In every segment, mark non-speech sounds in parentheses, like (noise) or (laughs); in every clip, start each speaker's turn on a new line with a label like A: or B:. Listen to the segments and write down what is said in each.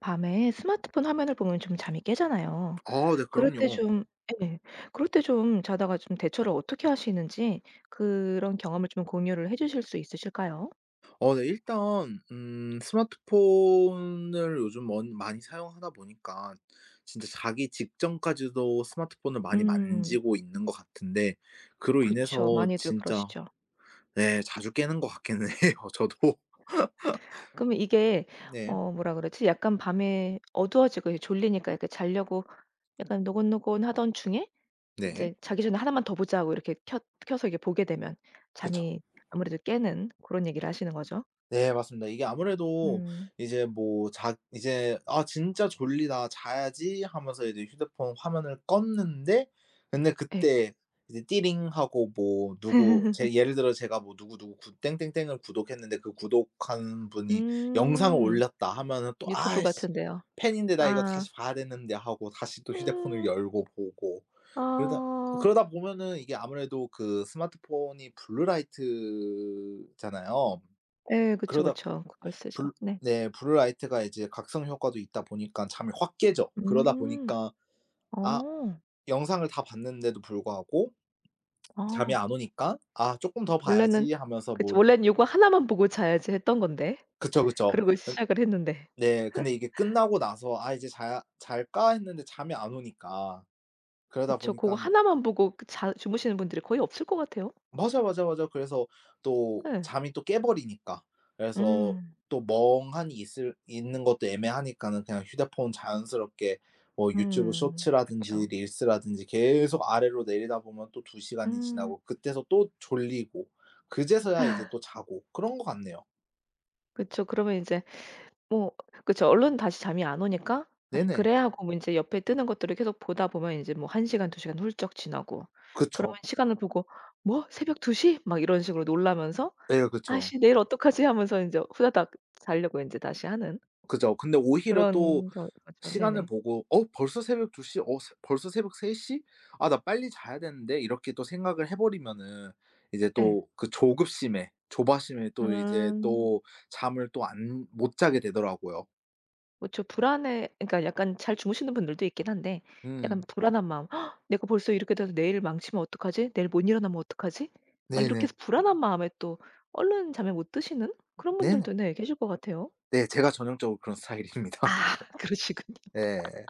A: 밤에 스마트폰 화면을 보면 좀 잠이 깨잖아요.
B: 아 네
A: 그럴 때
B: 그럼요.
A: 좀 예. 그럴 때 좀 자다가 좀 대처를 어떻게 하시는지 그런 경험을 좀 공유를 해 주실 수 있으실까요?
B: 네 일단 스마트폰을 요즘 먼 많이 사용하다 보니까 진짜 자기 직전까지도 스마트폰을 많이
A: 음.
B: 만지고 있는 것 같은데 그로 인해서
A: 그쵸. 많이들
B: 진짜
A: 그러시죠.
B: 네 자주 깨는 것 같기는 (laughs) 해요 저도.
A: 그러면 이게
B: 네.
A: 어 뭐라 그러지? 약간 밤에 어두워지고 이제 졸리니까 이렇게 자려고 약간 노곤노곤하던 중에
B: 네.
A: 이제 자기 전에 '하나만 더 보자.' 고 이렇게 켜 켜서 이게 보게 되면
B: 그쵸.
A: 잠이 아무래도 깨는 그런 얘기를 하시는 거죠.
B: 네 맞습니다. 이게 아무래도
A: 음.
B: 이제 뭐 자 이제 '아 진짜 졸리다. 자야지.' 하면서 이제 휴대폰 화면을 껐는데 근데
A: 예.
B: 그때 이제 띠링 하고 뭐 누구
A: (laughs)
B: 제 예를 들어 제가 뭐 누구 누구 구 땡땡땡을 구독했는데 그 구독한 분이 영상을
A: 음.
B: 올렸다 하면은 또
A: 유튜브
B: '아이씨
A: 같은데요.
B: 팬인데 나 이거
A: 아.
B: 다시 봐야 되는데.' 하고 다시 또 휴대폰을
A: 음.
B: 열고 보고 그러다
A: 아.
B: 그러다 보면은 이게 아무래도 그 스마트폰이 블루라이트잖아요.
A: 예. 그쵸,
B: 그러다
A: 그쵸. 그걸 쓰죠.
B: 블
A: 네.
B: 네 블루라이트가 이제 각성 효과도 있다 보니까 잠이 확 깨죠. 그러다
A: 음.
B: 보니까 아
A: 어.
B: 영상을 다 봤는데도 불구하고 잠이
A: 아.
B: 안 오니까 '아 쪼끔 더
A: 원래는
B: 봐야지.' 하면서
A: 그쵸.
B: 뭐
A: 원래는 요거 하나만 보고 자야지 했던 건데.
B: 그쵸, 그쵸.
A: 그러고
B: 은
A: 시작을 했는데.
B: 네 근데 이게 끝나고 나서 '아 이제 자야 잘까?' 했는데 잠이 안 오니까 그러다
A: 그쵸. 고거
B: 보니깐
A: 하나만 보고 그 자 주무시는 분들이 거의 없을 것 같아요.
B: 맞아, 맞아, 맞아. 그래서 또
A: 예.
B: 잠이 또 깨버리니까. 그래서
A: 음.
B: 또 멍하니 있을 있는 것도 애매하니까는 그냥 휴대폰 자연스럽게 뭐 유튜브
A: 음.
B: 쇼츠라든지
A: 그쵸.
B: 릴스라든지 계속 아래로 내리다 보면 또 2 시간이
A: 음.
B: 지나고 그때서 또 졸리고 그제서야 이제 또 자고 그런 것 같네요.
A: 그쵸. 그러면 인제 뭐 그쵸. 얼른 다시 잠이 안 오니까 '아이
B: 네네.
A: 그래.' 하고 뭐 인제 옆에 뜨는 것들을 계속 보다 보면 인제 뭐 1 시간 2 시간 훌쩍 지나고
B: 그쵸.
A: 그러면 시간을 보고 '뭐 새벽 2 시?' 막 이런 식으로 놀라면서
B: 예 그쵸.
A: '아이씨 내일 어떡하지?' 하면서 인제 후다닥 자려고 인제 다시 하는
B: 그죠. 근데 오히려 또
A: 그런 겨 거죠.
B: 시간을
A: 네네.
B: 보고 '어 벌써 새벽 2 시? 어 새 벌써 새벽 3 시? 아 나 빨리 자야 되는데.' 이렇게 또 생각을 해 버리면은 이제
A: 예.
B: 또 그 조급심에 조바심에 또 이제
A: 음.
B: 또 잠을 또 안 못 자게 되더라고요.
A: 그쵸. 불안해 그러니까 약간 잘 주무시는 분들도 있긴 한데
B: 음.
A: 약간 불안한 마음 '헉 내가 벌써 이렇게 돼서 내일 망치면 어떡하지? 내일 못 일어나면 어떡하지?' 막 이렇게 해서
B: 네네.
A: 불안한 마음에 또 얼른 잠에 못 드시는 그런 분들도
B: 네네.
A: 네 계실 것 같아요.
B: 네 제가 전형적으로 그런 스타일입니다.
A: 아 (laughs) 그러시군요.
B: (laughs) 네.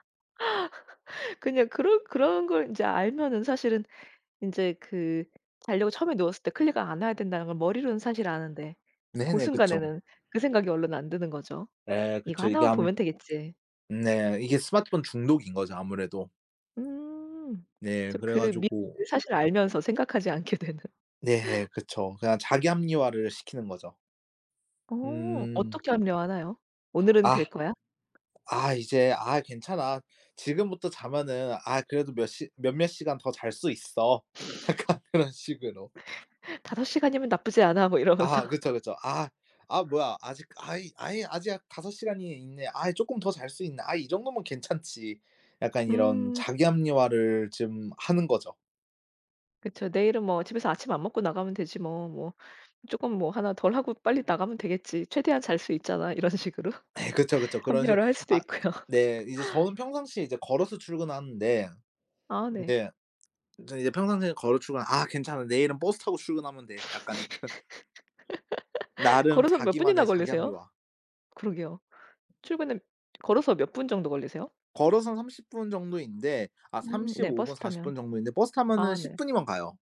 A: 그냥 그런 그런 걸 인제 알면은 사실은 인제 그 자려고 처음에 누웠을 때 클릭을 안 해야 된다는 걸 머리로는 사실 아는데 고
B: 네네. 그쵸.
A: 순간에는 그 생각이 얼른 안 드는 거죠.
B: 예
A: '이거
B: 그쵸. 이게
A: 하나만
B: 아무
A: 보면 되겠지.'
B: 네 이게 스마트폰 중독인 거죠 아무래도.
A: 음.
B: 네
A: 그쵸.
B: 그래
A: 그 미래를
B: 가지고
A: 사실 알면서 생각하지 않게 되는.
B: 네 그쵸. 그냥 자기 합리화를 시키는 거죠.
A: 어.
B: 음.
A: 어떻게 합류하나요 "오늘은
B: 아
A: 될 거야.
B: 아 이제 '아 괜찮아. 지금부터 자면은 아 그래도 몇 시 몇몇 시간 더 잘 수 있어.' (laughs) 약간 그런 식으로.
A: 5 시간이면 나쁘지 않아." 뭐 이러면서.
B: 아 그쵸, 그쵸. '아 아 뭐야. 아직 아이 아이 아직 약 5 시간이 있네. 아이 쪼끔 더 잘 수 있네. 아 이 정도면 괜찮지.' 약간 이런
A: 음. (laughs)
B: 자기 합리화를 좀 하는 거죠.
A: 그쵸. "내일은 뭐 집에서 아침 안 먹고 나가면 되지 뭐. 뭐 쪼끔 뭐 하나 덜 하고 빨리 나가면 되겠지. 최대한 잘 수 있잖아." 이런 식으로 (laughs)
B: (laughs) 예 그쵸, 그쵸. 그런 식으로
A: 합리화를 할 수도
B: 아
A: 있고요.
B: 네. 이제 저는 평상시에 이제 걸어서 출근하는데
A: 아 네.
B: 네제 저는 이제 평상시에 걸어 출근 '아 괜찮아. 내일은 버스 타고 출근하면 돼.' 약간 이런 나름
A: 걸어서 몇 분이나
B: 자기만의 자기
A: 걸리세요?
B: 합리화.
A: 그러게요. 출근은 걸어서 몇 분 정도 걸리세요?
B: 걸어서 30분 정도인데 아
A: 네
B: 35분
A: 버스
B: 40
A: 타면.
B: 분 정도인데 버스 타면은
A: 아
B: 10
A: 네.
B: 분이면 가요.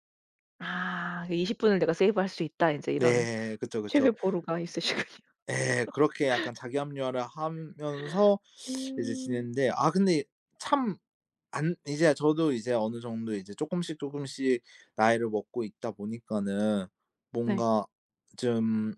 A: 아 '그 20 분을 내가 세이브할 수 있다.' 인제 이런.
B: 네. 그쵸, 그쵸.
A: 책을 보루가 있으시군요. (laughs)
B: 예. 그렇게 약간 자기 합리화를 하면서 이제 지냈
A: 음.
B: 는데 아 근데 참 안 이제 저도 이제 어느 정도 이제 쪼끔씩 쪼끔씩 나이를 먹고 있다 보니까는
A: 네.
B: 뭔가 좀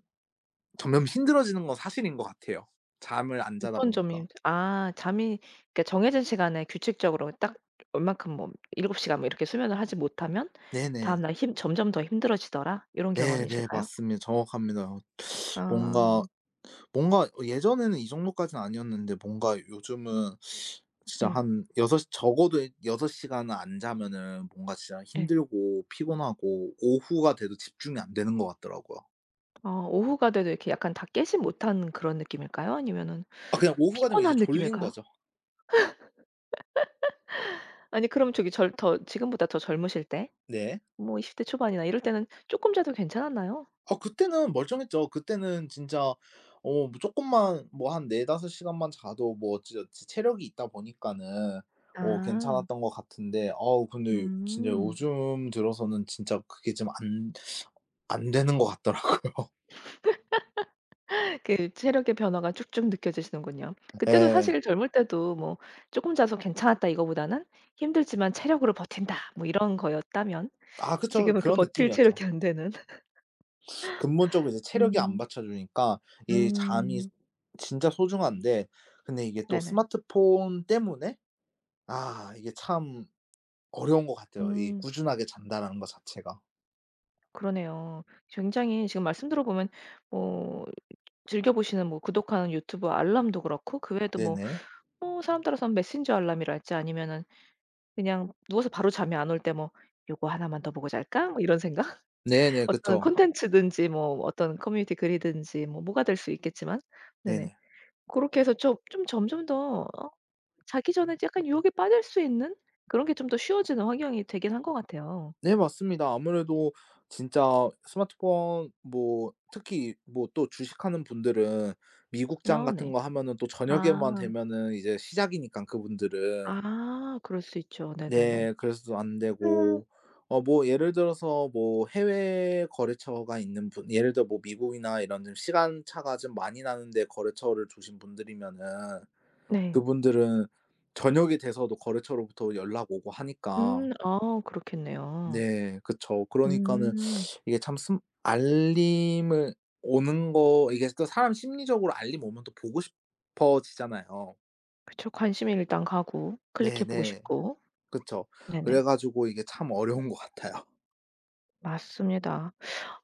B: 점점 힘들어지는 건 사실인 것 같아요, 잠을 안 자다
A: 어떤
B: 보니까.
A: 점이 아 잠이 그러니까 정해진 시간에 규칙적으로 딱 얼만큼 뭐 7 시간 뭐 이렇게 수면을 하지 못하면
B: 네네.
A: 다음날 힘 점점 더 힘들어지더라 요런
B: 네네.
A: 경험이실까요?
B: 맞습니다. 정확합니다.
A: 아
B: 뭔가 뭔가 예전에는 이 정도까지는 아니었는데 뭔가 요즘은 진짜
A: 네.
B: 한 6 시 적어도 6 시간은 안 자면은 뭔가 진짜
A: 예.
B: 힘들고 피곤하고 오후가 돼도 집중이 안 되는 것 같더라고요.
A: 어 오후가 돼도 이렇게 약간 다 깨지 못한 그런 느낌일까요? 아니면은
B: 아 그냥 오후가 되면 이제
A: 피곤한
B: 졸린
A: 느낌일까요?
B: 거죠.
A: 아니 그럼 저기 절 더 지금보다 더 젊으실 때
B: 네.
A: 뭐 20대 초반이나 이럴 때는 쪼끔 자도 괜찮았나요?
B: 아 그때는 멀쩡했죠. 그때는 진짜 뭐 쪼끔만 뭐 한 네 다섯 시간만 자도 뭐 진짜 제 체력이 있다 보니까는 어
A: 아.
B: 괜찮았던 것 같은데 아우 근데 진짜
A: 음.
B: 요즘 들어서는 진짜 그게 좀 안 되는 것 같더라고요.
A: 그 체력의 변화가 쭉쭉 느껴지시는군요. 그때도
B: 예.
A: 사실 젊을 때도 뭐 '쪼끔 자서 괜찮았다.' 이거보다는 '힘들지만 체력으로 버틴다.' 뭐 이런 거였다면
B: 아 그쵸.
A: 지금은 그
B: 그런
A: 버틸
B: 느낌이었죠.
A: 체력이 안 되는.
B: 근본적으로 이제 체력이 안
A: 음.
B: 받쳐 주니까 이 잠이
A: 음.
B: 진짜 소중한데 근데 이게 또
A: 네네.
B: 스마트폰 때문에 아 이게 참 어려운 것 같아요 이
A: 음.
B: 꾸준하게 잔다라는 것 자체가.
A: 그러네요. 굉장히 지금 말씀 들어보면 뭐 즐겨 보시는 뭐 구독하는 유튜브 알람도 그렇고 그 외에도 뭐
B: 네네.
A: 뭐 사람 따라서는 메신저 알람이랄지 아니면은 그냥 누워서 바로 잠이 안 올 때 뭐 '요거 하나만 더 보고 잘까?' 뭐 이런 생각?
B: 네네.
A: 어떤
B: 그쵸.
A: 콘텐츠든지 뭐 어떤 커뮤니티 글이든지 뭐 뭐가 될 수 있겠지만 네네.
B: 네네.
A: 고렇게 해서 좀 좀 점점 더 자기 전에 약간 유혹에 빠질 수 있는 그런 게 좀 더 쉬워지는 환경이 되긴 한 것 같아요.
B: 네 맞습니다. 아무래도 진짜 스마트폰 뭐 특히 뭐 또 주식하는 분들은 미국장
A: 아
B: 같은
A: 네.
B: 거 하면은 또 저녁에만
A: 아.
B: 되면은 이제 시작이니깐 그분들은.
A: 아 그럴 수 있죠. 네네네.
B: 네. 그래서도 안
A: 음
B: 되고 뭐 예를 들어서 뭐 해외 거래처가 있는 분 예를 들어 뭐 미국이나 이런 좀 시간차가 좀 많이 나는데 거래처를 두신 분들이면은
A: 네.
B: 그분들은 저녁이 돼서도 거래처로부터 연락 오고 하니까
A: 아 그렇겠네요.
B: 네 그쵸. 그러니까는
A: 음.
B: 이게 참 슴 알림을 오는 거 이게 또 사람 심리적으로 알림 오면 또 보고 싶어지잖아요.
A: 그쵸. 관심이 일단 가고 클릭해 보고
B: 네네.
A: 싶고.
B: 그쵸. 그래
A: 네네.
B: 가지고 이게 참 어려운 것 같아요.
A: 맞습니다.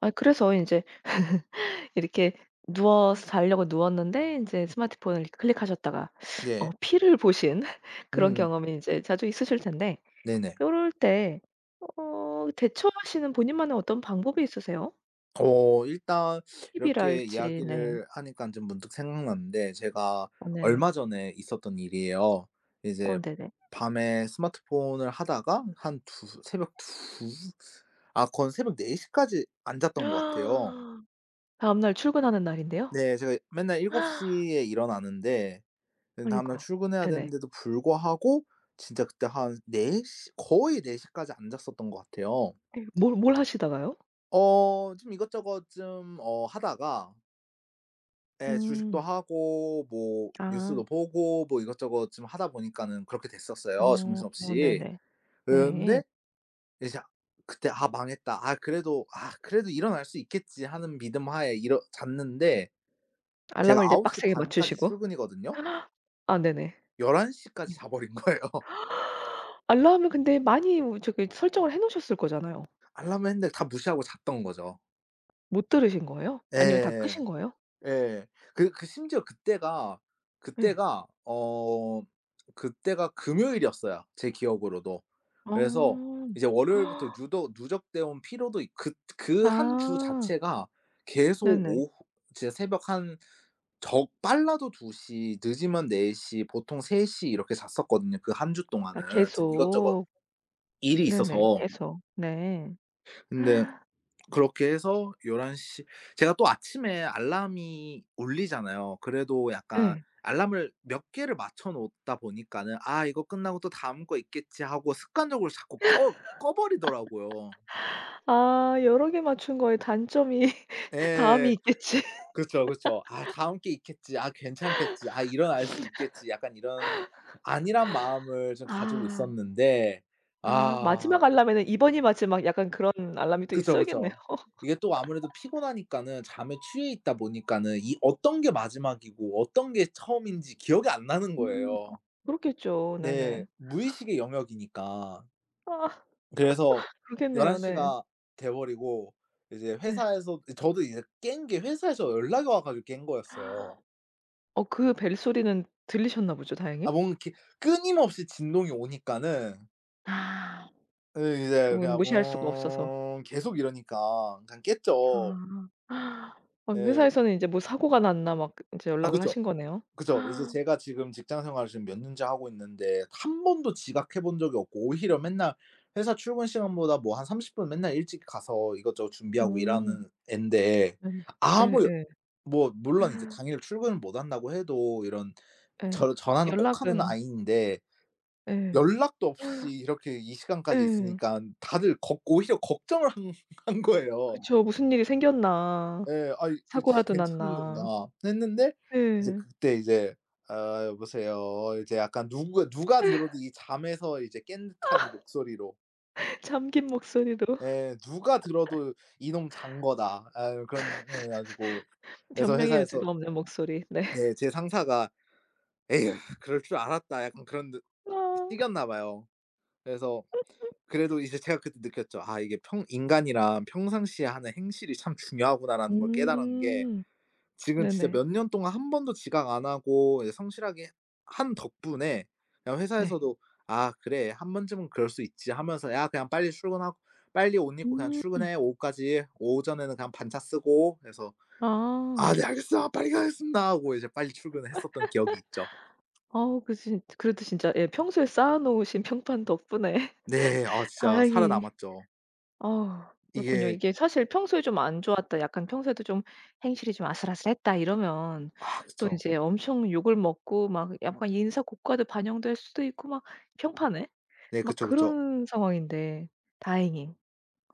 A: 아 그래서 인제 이렇게 누워서 자려고 누웠는데 인제 스마트폰을 이렇게 클릭하셨다가
B: (laughs)
A: 어
B: 네.
A: 피를 보신 (laughs) 그런
B: 음.
A: 경험이 인제 자주 있으실 텐데
B: 네네.
A: 요럴 때 어 대처하시는 본인만의 어떤 방법이 있으세요?
B: 일단 이렇게
A: 팁이랄지 네.
B: 이야기를 하니까 좀 문득 생각났는데 제가
A: 어 네네.
B: 얼마 전에 있었던 일이에요.
A: 어
B: 이제
A: 네네.
B: 밤에 스마트폰을 하다가 한 두 새벽 2 아 그건 새벽 4 시까지 안 잤던 것 같아요.
A: (gasps) 다음날 출근하는 날인데요?
B: 네. 제가 맨날 7
A: (gasps)
B: 시에 일어나는데 그 다음날
A: 아이고.
B: 출근해야
A: 네네.
B: 되는데도 불구하고 진짜 그때 한 4시 거의 4 시까지 안 잤었던 것 같아요.
A: 뭘 뭘 하시다가요?
B: 좀 이것저것 좀 하다가 예. 주식도
A: 음.
B: 하고 뭐
A: 아.
B: 뉴스도 보고 뭐 이것저것 좀 하다 보니까는 그렇게 됐었어요,
A: 어. 어
B: 정신없이.
A: 네네. 네.
B: 근데 이제 그때 '아 망했다. 아 그래도 일어날 수 있겠지.' 하는 믿음 하에. 일어 잤는데 제가
A: 알람을 이제
B: 9시
A: 빡세게
B: 반 까지
A: 맞추시고.
B: 출근이거든요.
A: 아 네네.
B: 1 1시 까지
A: 네.
B: 자버린 거예요. (laughs)
A: 알람을 근데 많이 우 저기 설정을 해 놓으셨을 거잖아요.
B: 알람을 했는데 다 무시하고 잤던 거죠.
A: 못 들으신 거예요? 아니면 다
B: 예.
A: 끄신 거예요?
B: 예. 그 심지어
A: 예.
B: 그때가 그때가 금요일이었어요 제 기억으로도. 그래서
A: 어.
B: 이제 월요일부터 누더 누적돼 온 피로도 있 그 한 주
A: 아.
B: 자체가 계속
A: 네네.
B: 오후 진짜 새벽 한 적 빨라도 2시 늦으면 4시 보통 3시 이렇게 잤었거든요 그 한 주
A: 아
B: 동안은. 지금 이것저것
A: 계속.
B: 일이
A: 네네.
B: 있어서.
A: 계속. 네.
B: 근데 그렇게 해서 1 1시 제가 또 아침에 알람이 울리잖아요. 그래도 약간
A: 예.
B: 알람을 몇 개를 맞춰 놓다 보니까는 '아 이거 끝나고 또 다음 거 있겠지.' 하고 습관적으로 자꾸 꺼 버리더라고요.
A: 아 여러 개 맞춘 거에 단점이 (laughs) 다함이
B: 예.
A: 있겠지.
B: 그쵸, 그쵸. '아 다음 게 있겠지. 아 괜찮겠지. 아 일어날 수 있겠지.' 약간 이런 안일한 마음을 좀 가지고
A: 아.
B: 있었는데
A: 아
B: 아
A: 마지막 알람에는 '이번이 마지막.' 약간 그런 알람이 또
B: 그죠,
A: 있어야겠네요.
B: 그죠. 이게 또 아무래도 피곤하니까는 잠에 취해 있다 보니까는 이 어떤 게 마지막이고 어떤 게 처음인지 기억이 안 나는
A: 음.
B: 거예요.
A: 그렇겠죠.
B: 네.
A: 네네.
B: 무의식의 영역이니까.
A: 아
B: 그래서 11
A: 그렇겠네요. 네.
B: 시가 돼 버리고 이제
A: 네.
B: 회사에서 저도 이제 깬 게 회사에서 연락이 와 가지고 깬 거였어요.
A: 어 그 벨소리는 들리셨나 보죠
B: 아
A: 다행히?
B: 뭔가 이렇게 끊임없이 진동이 오니까는
A: 아.
B: 예 이제
A: 그분
B: 그냥
A: 무시할 수가 없어서.
B: 웅 계속 이러니까 그냥 깼죠.
A: 아. 아
B: 예.
A: 회사에서는 인제 뭐 사고가 났나 막 인제
B: 아
A: 연락을
B: 그쵸.
A: 하신 거네요.
B: 그죠. 이제
A: 어.
B: 제가 지금 직장 생활을 지금 몇 년째 하고 있는데 한 번도 지각해 본 적이 없고 오히려 맨날 회사 출근 시간보다 뭐 한 30분 맨날 일찍 가서 이것저것 준비하고
A: 음.
B: 일하는 앤데
A: 예예.
B: 아무 여
A: 예.
B: 뭐 물론 이제 당일 출근을 못 한다고 해도 이런
A: 예.
B: 전화는 꼭 하는
A: 연락은
B: 아이인데
A: 예.
B: 연락도 없이 이렇게 이 시간까지 있으니
A: 예.
B: 까 다들 걱 오히려 걱정을 한 거예요.
A: 그쵸. 무슨 일이 생겼나.
B: 예. '아 이 이거 진짜
A: 사고라도
B: 괜찮은
A: 났나.
B: 건가?' 했는데 이제
A: 예.
B: 그때 이제 "아 여보세요." 이제 약간 누구가 누가 들어도 이 잠에서 이제 깬 듯한 이 목소리로
A: 잠긴 목소리로 (laughs)
B: 예 누가 들어도 '이놈 잔 거다.' 아 그런 예 가지고 그래서
A: 변명의
B: 회사에서
A: 여지가 없는 목소리. 네.
B: 네 제 상사가 "에휴 그럴 줄 알았다." 약간 그런 느
A: 아.
B: 식이었나 봐요. 그래서 그래도 이제 제가 그때 느꼈죠. '아 이게 평 인간이란 평상시에 하는 행실이 참 중요하구나.'라는 걸 깨달은 게
A: 음.
B: 지금 진짜
A: 네네.
B: 몇 년 동안 한 번도 지각 안 하고 이제 성실하게 한 덕분에 그냥
A: 네.
B: 회사에서도 '아 그래 한 번쯤은 그럴 수 있지.' 하면서 "야 그냥 빨리 출근하고 빨리 옷 입고 그냥
A: 음.
B: 출근해. 오후까지. 오전에는 그냥 반차 쓰고." 그래서 "아
A: 아.
B: 네 알겠습니다. 빨리 가겠습니다." 하고 이제 빨리 출근을 했었던 기억이 있죠.
A: 아우 그 진 그래도 진짜 예 평소에 쌓아 놓으신 (laughs) 평판 덕분에
B: 네. 아 진짜
A: 다행히
B: 살아남았죠.
A: 아 그렇군요.
B: 이게
A: 이게 사실 평소에 좀 안 좋았다 약간 평소에도 좀 행실이 좀 아슬아슬했다 이러면
B: 아
A: 또 이
B: 그쵸.
A: 제 엄청 욕을 먹고 막 약간 인사 고과도 반영될 수도 있고 막 평판에
B: 네
A: 막
B: 그쵸, 그쵸.
A: 그런 상황인데 다행히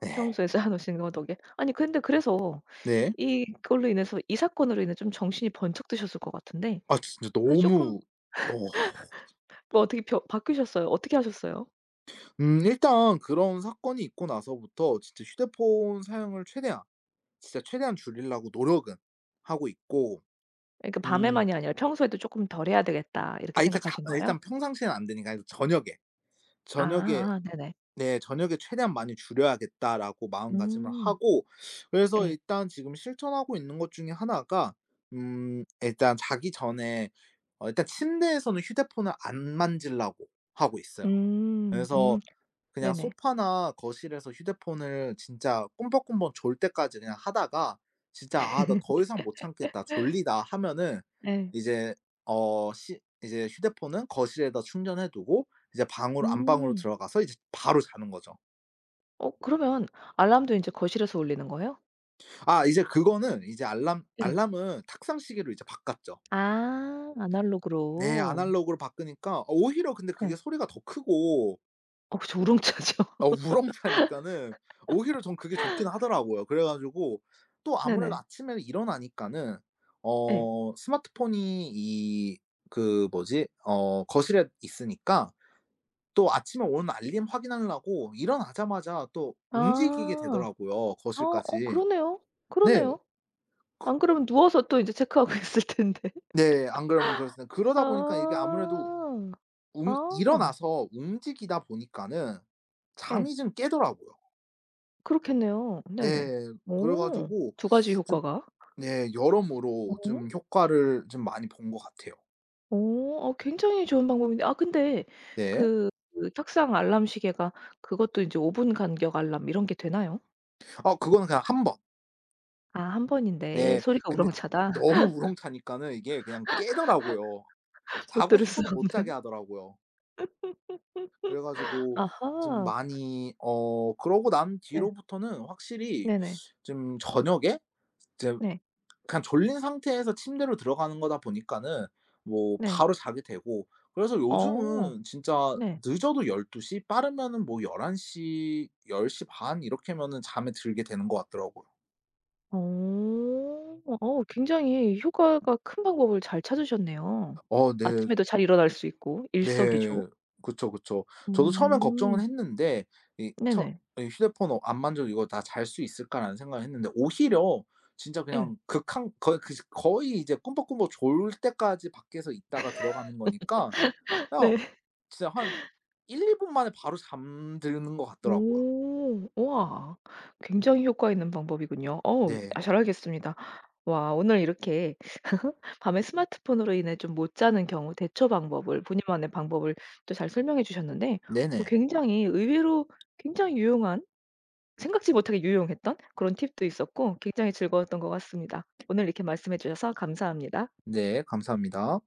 B: 네.
A: 평소에 쌓아 놓으신 거 덕에 아니 근데 그래서
B: 네.
A: 이걸로 인해서 이 사건으로 인해 좀 정신이 번쩍 드셨을 것 같은데
B: 아 진짜
A: 그래서 조금
B: 너무 어.
A: 뭐 어떻게 벼 바뀌셨어요? 어떻게 하셨어요?
B: 일단 그런 사건이 있고 나서부터 진짜 휴대폰 사용을 최대한 진짜 최대한 줄이려고 노력은 하고 있고
A: 그러니까
B: 음
A: 밤에만이 아니라 평소에도 조금 덜 해야 되겠다.' 이렇게
B: 아 일단 자
A: 생각하신 거예요?
B: 일단 평상시에는 안 되니까 일단 저녁에,
A: 아
B: 저녁에
A: 아 네네.
B: 네 '저녁에 최대한 많이 줄여야겠다.'라고 마음가짐을
A: 음.
B: 하고 그래서
A: 예.
B: 일단 지금 실천하고 있는 것 중에 하나가 일단 자기 전에 일단 침대에서는 휴대폰을 안 만지려고 하고 있어요.
A: 음. 음.
B: 그래서 그냥
A: 네네.
B: 소파나 거실에서 휴대폰을 진짜 꿈벅꿈벅 졸 때까지 그냥 하다가 진짜 '아 나 더 이상 못 참겠다. 졸리다.' 하면은
A: 예.
B: 이제 어 시 이제 휴대폰은 거실에다 충전해 두고 이제 방으로 안방으로
A: 음.
B: 들어가서 이제 바로 자는 거죠.
A: 어 그러면 알람도 인제 거실에서 울리는 거예요?
B: 아 이제 그거는 이제
A: 예.
B: 알람은 탁상 시계로 이제 바꿨죠.
A: 아
B: 네.
A: 아날로그로.
B: 아날로그로 바꾸니까 오히려 근데
A: 예.
B: 그게 소리가 더 크고
A: 어 그쵸. 우렁차죠.
B: 어 우렁차니까는 오히려 전 그게 좋긴 하더라고요. 그래 가지고 또
A: (laughs)
B: 아무래도
A: 네네.
B: 아침에 일어나니까는
A: 예.
B: 어 스마트폰이 이 그 뭐지 어 거실에 있으니까 또 아침에 오는 알림 확인하려고 일어나자마자 또 움직이게
A: 아.
B: 되더라고요
A: 아 어
B: 거실까지.
A: 그러네요.
B: 네.
A: 그러네요. 안 그러면 누워서 또 인제 체크하고 (laughs) 있을 텐데.
B: 네. 안 그러면 그렇습니다. 그러다 보니까 이게
A: 아.
B: 아무래도 움
A: 아.
B: 일어나서 움직이다 보니까는
A: 예.
B: 잠이 좀 깨더라고요.
A: 그렇겠네요. 네네.
B: 네. 그래
A: 오.
B: 가지고
A: 두 가지
B: 좀
A: 효과가.
B: 네. 여러모로
A: 어.
B: 좀 효과를 좀 많이 본 것 같아요.
A: 어 어 굉장히 좋은 방법인데 아 근데
B: 네.
A: 그 탁상 알람 시계가 그것도 이제5 분 간격 알람 이런 게 되나요?
B: 아 그거는 그냥 한 번.
A: 아 한 번인데
B: 네.
A: 소리가
B: 근데
A: 우렁차다.
B: 너무 우렁차니까는 이게 그냥 깨더라고요.
A: (laughs) 못
B: 자고
A: 들을 수
B: 싶어도 못 자게
A: 없는.
B: 하더라고요. 그래 가지고 좀
A: 아하.
B: 많이 그러고 난
A: 네.
B: 뒤로부터는 확실히
A: 네네.
B: 좀 저녁에 이제
A: 네.
B: 그냥 졸린 상태에서 침대로 들어가는 거다 보니까는 뭐
A: 네.
B: 바로 자게 되고 그래서
A: 어.
B: 요즘은 진짜
A: 네.
B: 늦어도 12시 빠르면은 뭐 11 시, 10시 반 이렇게 하면은 잠에 들게 되는 것 같더라고요.
A: 어. 어 굉장히 효과가 큰 방법을 잘 찾으셨네요.
B: 어 네.
A: 아침에도 잘 일어날 수 있고 일석이조.
B: 네. 그쵸, 그쵸. 저도 처음엔 걱정은
A: 음.
B: 했는데 이 처
A: 네네.
B: 이 '휴대폰 어 안 만져도 이거 다 잘 수 있을까.'라는 생각을 했는데 오히려 진짜
A: 예.
B: 그냥 극한 거의 그 거의 이제 꿈벅꿈벅 졸 때까지 밖에서 있다가 들어가는 거니까
A: (laughs)
B: 그냥
A: 네.
B: 진짜 한 1, 2분 만에 바로 잠드는 것 같더라고요.
A: 오. 우와. 굉장히 효과 있는 방법이군요. 어우
B: 네.
A: 아 잘 알겠습니다. 와 오늘 이렇게 (laughs) 밤에 스마트폰으로 인해 좀 못 자는 경우 대처 방법을 본인만의 방법을 또 잘 설명해 주셨는데 어
B: 네네.
A: 굉장히 의외로 굉장히 유용한 생각지 못하게 유용했던 그런 팁도 있었고 굉장히 즐거웠던 것 같습니다. 오늘 이렇게 말씀해 주셔서 감사합니다.
B: 네 감사합니다.